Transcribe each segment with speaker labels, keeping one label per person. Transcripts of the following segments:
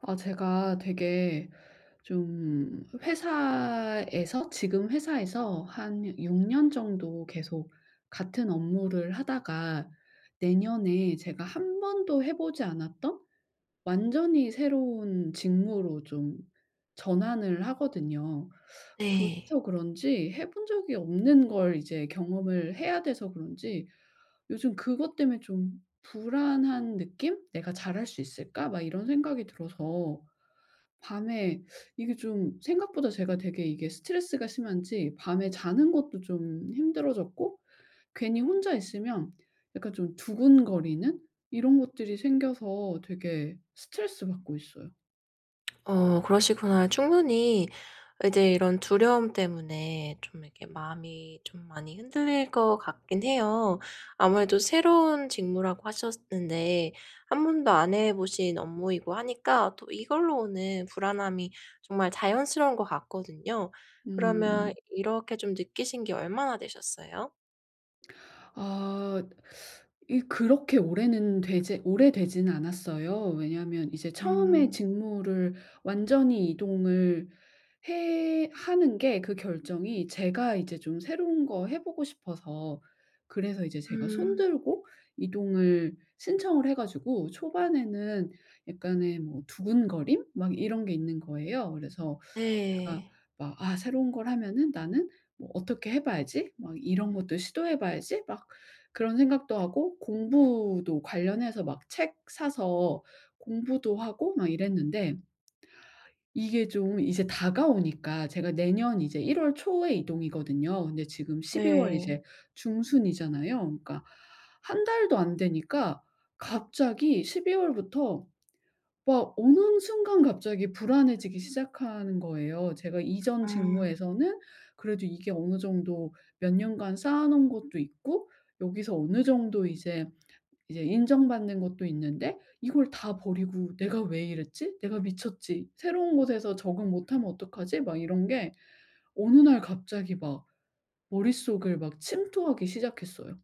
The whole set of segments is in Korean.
Speaker 1: 아, 제가 되게 좀 지금 회사에서 한 6년 정도 계속 같은 업무를 하다가, 내년에 제가 한 번도 해보지 않았던 완전히 새로운 직무로 좀 전환을 하거든요.
Speaker 2: 네.
Speaker 1: 그래서 그런지 해본 적이 없는 걸 이제 경험을 해야 돼서 그런지, 요즘 그것 때문에 좀 불안한 느낌? 내가 잘할 수 있을까? 막 이런 생각이 들어서 밤에 이게 좀 생각보다 제가 되게 이게 스트레스가 심한지 밤에 자는 것도 좀 힘들어졌고, 괜히
Speaker 2: 음.
Speaker 1: 혼자 있으면 약간 좀 두근거리는 이런 것들이 생겨서 되게 스트레스받고 있어요.
Speaker 2: 어 그러시구나. 충분히 이제 이런 두려움 때문에 좀 이렇게 마음이 좀 많이 흔들릴 것 같긴 해요. 아무래도 새로운 직무라고 하셨는데 한 번도 안 해 보신 업무이고 하니까 또 이걸로 오는 불안함이 정말 자연스러운 것 같거든요. 그러면
Speaker 1: 음.
Speaker 2: 이렇게 좀 느끼신 게 얼마나 되셨어요?
Speaker 1: 아. 이 그렇게 오래는 되지 오래되지는 않았어요. 왜냐하면 이제 처음에
Speaker 2: 음.
Speaker 1: 직무를 완전히 이동을 해 하는 게 그 결정이 제가 이제 좀 새로운 거 해 보고 싶어서, 그래서 이제 제가
Speaker 2: 음.
Speaker 1: 손들고 이동을 신청을 해 가지고, 초반에는 약간의 뭐 두근거림 막 이런 게 있는 거예요. 그래서 그러니까
Speaker 2: 네.
Speaker 1: 막 '아 새로운 걸 하면은 나는 뭐 어떻게 해 봐야지. 막 이런 것도 시도해 봐야지.' 막 그런 생각도 하고 공부도 관련해서 막 책 사서 공부도 하고 막 이랬는데, 이게 좀 이제 다가오니까 제가 내년 이제 1월 초에 이동이거든요. 근데 지금 12월
Speaker 2: 네.
Speaker 1: 이제 중순이잖아요. 그러니까 한 달도 안 되니까, 갑자기 12 월부터 막 어느 순간 갑자기 불안해지기 시작하는 거예요. 제가 이전
Speaker 2: 음.
Speaker 1: 직무에서는 그래도 이게 어느 정도 몇 년간 쌓아 놓은 것도 있고, 여기서 어느 정도 이제 인정받는 것도 있는데, 이걸 다 버리고 '내가 왜 이랬지? 내가 미쳤지. 새로운 곳에서 적응 못하면 어떡하지?' 막 이런 게 어느 날 갑자기 막 머릿속을 막 침투하기 시작했어요.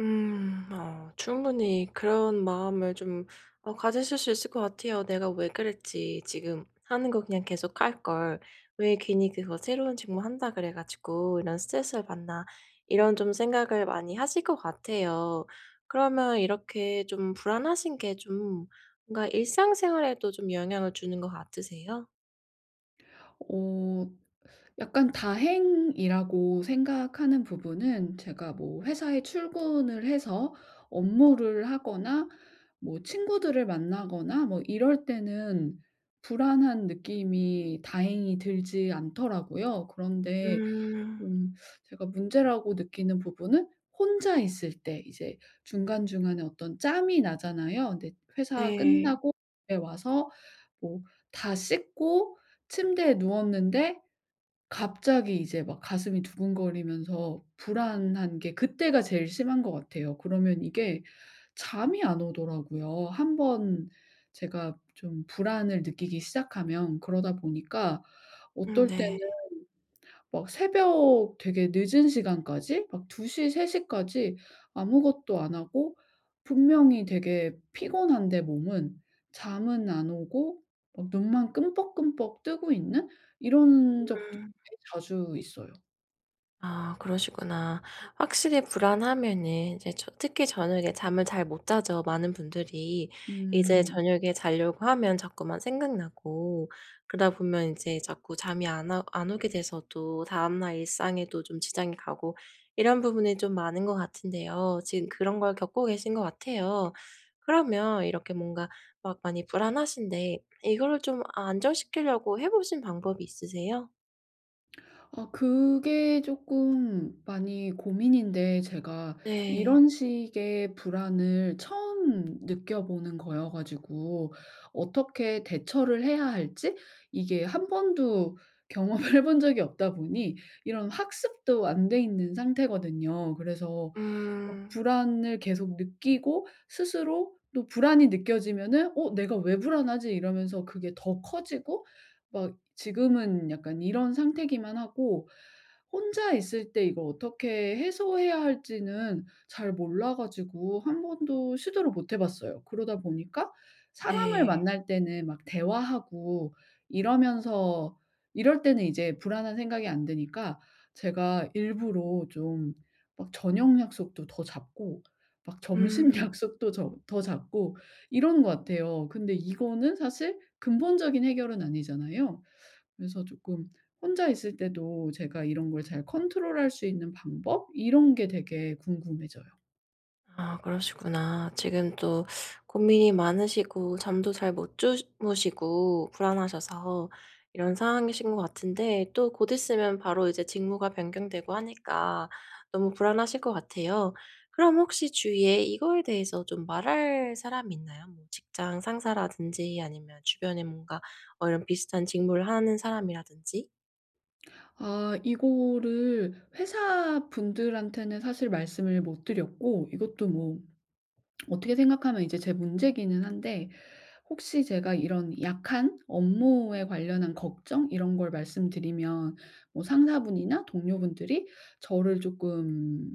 Speaker 2: 음. 어 충분히 그런 마음을 좀 어 가지실 수 있을 것 같아요. '내가 왜 그랬지. 지금 하는 거 그냥 계속 할 걸. 왜 괜히 그거 새로운 직무 한다 그래 가지고 이런 스트레스를 받나.' 이런 좀 생각을 많이 하실 것 같아요. 그러면 이렇게 좀 불안하신 게 좀 뭔가 일상생활에도 좀 영향을 주는 것 같으세요?
Speaker 1: 어 약간 다행이라고 생각하는 부분은 제가 뭐 회사에 출근을 해서 업무를 하거나 뭐 친구들을 만나거나 뭐 이럴 때는 불안한 느낌이 다행히 들지 않더라고요. 그런데
Speaker 2: 음.
Speaker 1: 좀 제가 문제라고 느끼는 부분은, 혼자 있을 때 이제 중간중간에 어떤 짬이 나잖아요. 근데 회사
Speaker 2: 네.
Speaker 1: 끝나고 집에 와서 뭐 다 씻고 침대에 누웠는데 갑자기 이제 막 가슴이 두근거리면서 불안한 게, 그때가 제일 심한 것 같아요. 그러면 이게 잠이 안 오더라고요. 한 번 제가 좀 불안을 느끼기 시작하면 그러다 보니까 어떨 때는
Speaker 2: 네.
Speaker 1: 막 새벽 되게 늦은 시간까지 막2시세3 까지 아무것도 안 하고, 분명히 되게 피곤한데 몸은 잠은 안 오고 막 눈만 끔뻑끔뻑 뜨고 있는 이런 적도
Speaker 2: 음.
Speaker 1: 꽤 자주 있어요.
Speaker 2: 아 그러시구나. 확실히 불안하면은 이제 저 특히 저녁에 잠을 잘 못 자죠. 많은 분들이 이제
Speaker 1: 음.
Speaker 2: 저녁에 자려고 하면 자꾸만 생각나고, 그러다 보면 이제 자꾸 잠이 안 오게 돼서 또 다음날 일상에도 좀 지장이 가고 이런 부분이 좀 많은 것 같은데요. 지금 그런 걸 겪고 계신 것 같아요. 그러면 이렇게 뭔가 막 많이 불안하신데 이거를 좀 안정시키려고 해 보신 방법이 있으세요?
Speaker 1: 아 그게 조금 많이 고민인데, 제가 이런
Speaker 2: 네.
Speaker 1: 식의 불안을 처음 느껴보는 거여 가지고 어떻게 대처를 해야 할지, 이게 한 번도 경험을 해본 적이 없다 보니 이런 학습도 안 돼 있는 상태거든요. 그래서 막
Speaker 2: 음.
Speaker 1: 불안을 계속 느끼고 스스로 또 불안이 느껴지면은 '어 내가 왜 불안하지?' 이러면서 그게 더 커지고, 막 지금은 약간 이런 상태기만 하고 혼자 있을 때 이걸 어떻게 해소해야 할지는 잘 몰라 가지고 한 번도 시도를 못해 봤어요. 그러다 보니까 사람을
Speaker 2: 네.
Speaker 1: 만날 때는 막 대화하고 이러면서, 이럴 때는 이제 불안한 생각이 안 드니까, 제가 일부러 좀 막 저녁 약속도 더 잡고 막 점심
Speaker 2: 음.
Speaker 1: 약속도 저 더 잡고 이런 것 같아요. 근데 이거는 사실 근본적인 해결은 아니잖아요. 그래서 조금 혼자 있을 때도 제가 이런 걸 잘 컨트롤할 수 있는 방법, 이런 게 되게 궁금해져요.
Speaker 2: 아 그러시구나. 지금 또 고민이 많으시고 잠도 잘 못 주무시고 불안하셔서 이런 상황이신 것 같은데, 또 곧 있으면 바로 이제 직무가 변경되고 하니까 너무 불안하실 것 같아요. 그럼 혹시 주위에 이거에 대해서 좀 말할 사람이 있나요? 뭐 직장 상사라든지, 아니면 주변에 뭔가 어 이런 비슷한 직무를 하는 사람이라든지?
Speaker 1: 아 이거를 회사분들한테는 사실 말씀을 못 드렸고, 이것도 뭐 어떻게 생각하면 이제 제 문제기는 한데, 혹시 제가 이런 약한 업무에 관련한 걱정 이런 걸 말씀드리면 뭐 상사분이나 동료분들이 저를 조금,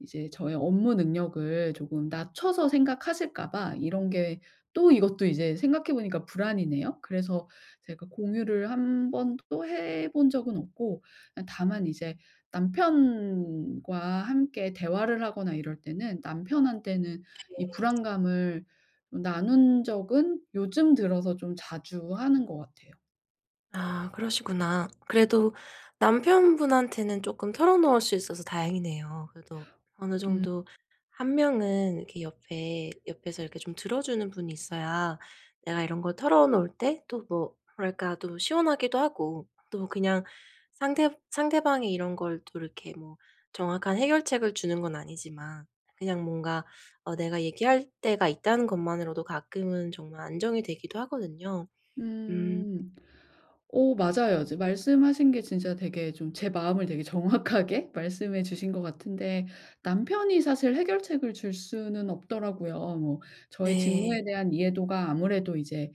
Speaker 1: 이제 저의 업무 능력을 조금 낮춰서 생각하실까 봐, 이런 게 또 이것도 이제 생각해 보니까 불안이네요. 그래서 제가 공유를 한 번도 해본 적은 없고, 다만 이제 남편과 함께 대화를 하거나 이럴 때는 남편한테는 이 불안감을 나눈 적은 요즘 들어서 좀 자주 하는 것 같아요.
Speaker 2: 아 그러시구나. 그래도 남편분한테는 조금 털어놓을 수 있어서 다행이네요. 그래도 어느
Speaker 1: 음.
Speaker 2: 정도 한 명은 이렇게 옆에서 이렇게 좀 들어주는 분이 있어야 내가 이런 걸 털어놓을 때 또 뭐 뭐랄까, 또 시원하기도 하고 또 그냥 상대방이 이런 걸 또 이렇게 뭐 정확한 해결책을 주는 건 아니지만, 그냥 뭔가 어 내가 얘기할 때가 있다는 것만으로도 가끔은 정말 안정이 되기도 하거든요. 음
Speaker 1: 음. 어 맞아요. 이제 말씀하신 게 진짜 되게 좀 제 마음을 되게 정확하게 말씀해 주신 것 같은데, 남편이 사실 해결책을 줄 수는 없더라고요. 뭐 저의
Speaker 2: 네.
Speaker 1: 직무에 대한 이해도가 아무래도 이제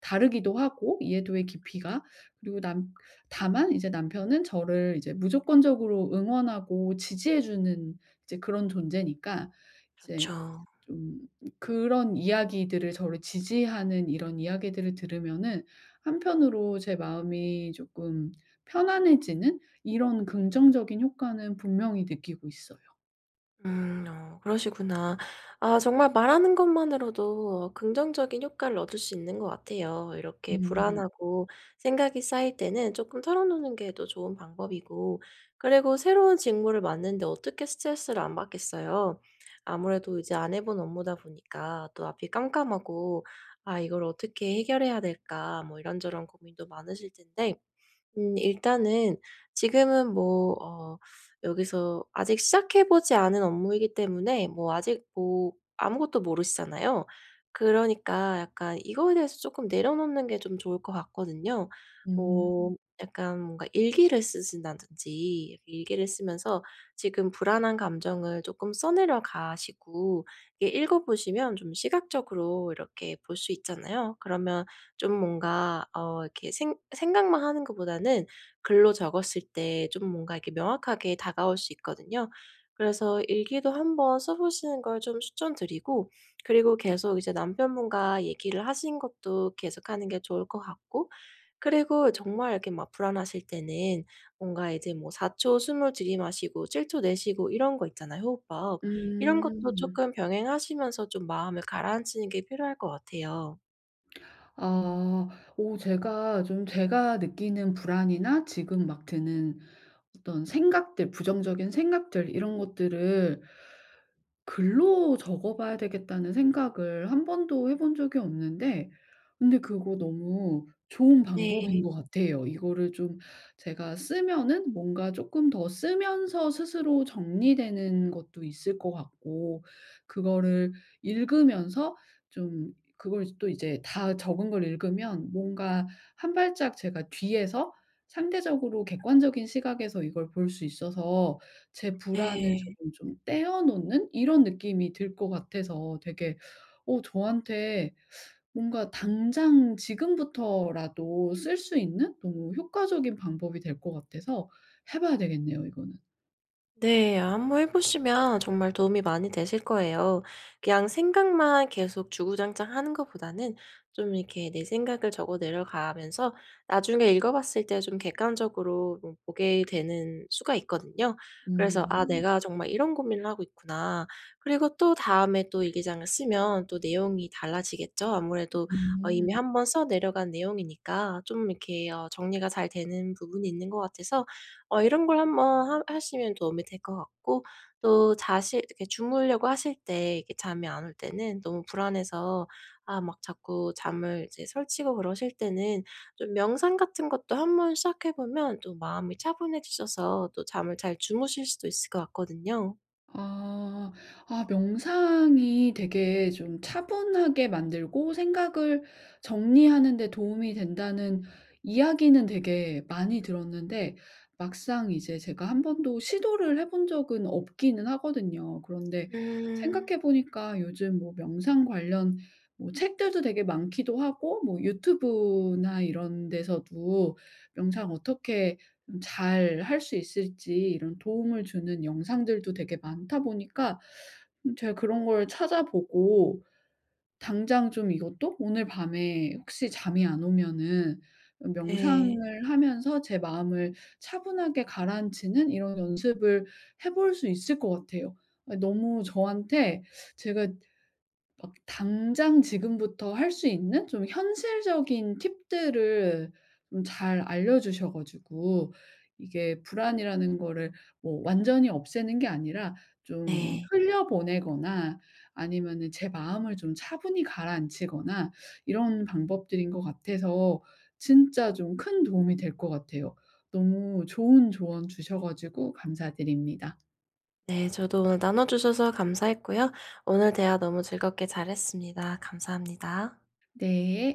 Speaker 1: 다르기도 하고 이해도의 깊이가. 그리고 남 다만 이제 남편은 저를 이제 무조건적으로 응원하고 지지해 주는 이제 그런 존재니까, 이제
Speaker 2: 그렇죠.
Speaker 1: 좀 그런 이야기들을, 저를 지지하는 이런 이야기들을 들으면은 한편으로 제 마음이 조금 편안해지는 이런 긍정적인 효과는 분명히 느끼고 있어요.
Speaker 2: 어 그러시구나. 아 정말 말하는 것만으로도 어 긍정적인 효과를 얻을 수 있는 것 같아요. 이렇게
Speaker 1: 음.
Speaker 2: 불안하고 생각이 쌓일 때는 조금 털어놓는 게 또 좋은 방법이고, 그리고 새로운 직무를 맡는데 어떻게 스트레스를 안 받겠어요. 아무래도 이제 안 해본 업무다 보니까 또 앞이 깜깜하고 '아 이걸 어떻게 해결해야 될까.' 뭐 이런저런 고민도 많으실 텐데, 일단은 지금은 뭐 어 여기서 아직 시작해 보지 않은 업무이기 때문에 뭐 아직 뭐 아무것도 모르시잖아요. 그러니까 약간 이거에 대해서 조금 내려놓는 게 좀 좋을 것 같거든요.
Speaker 1: 음.
Speaker 2: 뭐 약간 뭔가 일기를 쓰신다든지, 일기를 쓰면서 지금 불안한 감정을 조금 써내려 가시고, 이게 읽어 보시면 좀 시각적으로 이렇게 볼 수 있잖아요. 그러면 좀 뭔가 어 이렇게 생 생각만 하는 것보다는 글로 적었을 때 좀 뭔가 이렇게 명확하게 다가올 수 있거든요. 그래서 일기도 한번 써 보시는 걸 좀 추천드리고, 그리고 계속 이제 남편분과 얘기를 하신 것도 계속하는 게 좋을 것 같고, 그리고 정말 이렇게 막 불안하실 때는 뭔가 이제 뭐 4초 숨을 들이마시고 7초 내쉬고 이런 거 있잖아요, 호흡법. 이런 것도
Speaker 1: 음.
Speaker 2: 조금 병행하시면서 좀 마음을 가라앉히는 게 필요할 것 같아요.
Speaker 1: 아. 오 제가 좀, 제가 느끼는 불안이나 지금 막 드는 어떤 생각들, 부정적인 생각들, 이런 것들을 글로 적어 봐야 되겠다는 생각을 한 번도 해본 적이 없는데, 근데 그거 너무 좋은 방법인
Speaker 2: 네.
Speaker 1: 것 같아요. 이거를 좀 제가 쓰면은 뭔가 조금 더, 쓰면서 스스로 정리되는 것도 있을 것 같고, 그거를 읽으면서 좀, 그걸 또 이제 다 적은 걸 읽으면 뭔가 한 발짝 제가 뒤에서 상대적으로 객관적인 시각에서 이걸 볼 수 있어서, 제 불안을
Speaker 2: 네.
Speaker 1: 조금 좀 떼어 놓는 이런 느낌이 들 것 같아서 되게, 어 저한테 뭔가 당장 지금부터라도 쓸 수 있는 너무 효과적인 방법이 될 것 같아서 해 봐야 되겠네요 이거는.
Speaker 2: 네. 한번 해 보시면 정말 도움이 많이 되실 거예요. 그냥 생각만 계속 주구장창 하는 것보다는 좀 이렇게 내 생각을 적어 내려가면서 나중에 읽어 봤을 때 좀 객관적으로 좀 보게 되는 수가 있거든요. 그래서 '아
Speaker 1: 음.
Speaker 2: 내가 정말 이런 고민을 하고 있구나.' 그리고 또 다음에 또 일기장을 쓰면 또 내용이 달라지겠죠. 아무래도 어
Speaker 1: 음.
Speaker 2: 이미 한 번 써 내려간 내용이니까 좀 이렇게 어 정리가 잘 되는 부분이 있는 것 같아서, 어 이런 걸 한번 하 하시면 도움이 될 것 같고, 또 자실 이렇게 주무려고 하실 때 이렇게 잠이 안 올 때는 너무 불안해서 아 막 자꾸 잠을 이제 설치고 그러실 때는 좀 명상 같은 것도 한번 시작해 보면 또 마음이 차분해지셔서 또 잠을 잘 주무실 수도 있을 것 같거든요.
Speaker 1: 아. 아 명상이 되게 좀 차분하게 만들고 생각을 정리하는 데 도움이 된다는 이야기는 되게 많이 들었는데, 막상 이제 제가 한 번도 시도를 해본 적은 없기는 하거든요. 그런데
Speaker 2: 음.
Speaker 1: 생각해 보니까 요즘 뭐 명상 관련 뭐 책들도 되게 많기도 하고, 뭐 유튜브나 이런 데서도 명상 어떻게 잘 할 수 있을지 이런 도움을 주는 영상들도 되게 많다 보니까, 제가 그런 걸 찾아보고 당장 좀 이것도 오늘 밤에 혹시 잠이 안 오면은
Speaker 2: 네.
Speaker 1: 명상을 하면서 제 마음을 차분하게 가라앉히는 이런 연습을 해볼 수 있을 것 같아요. 아 너무 저한테, 제가 막 당장 지금부터 할 수 있는 좀 현실적인 팁들을 좀 잘 알려 주셔 가지고, 이게 불안이라는 거를 뭐 완전히 없애는 게 아니라 좀
Speaker 2: 네.
Speaker 1: 흘려 보내거나, 아니면은 제 마음을 좀 차분히 가라앉히거나 이런 방법들인 것 같아서 진짜 좀 큰 도움이 될 것 같아요. 너무 좋은 조언 주셔 가지고 감사드립니다.
Speaker 2: 네. 저도 오늘 나눠 주셔서 감사했고요. 오늘 대화 너무 즐겁게 잘했습니다. 감사합니다.
Speaker 1: 네.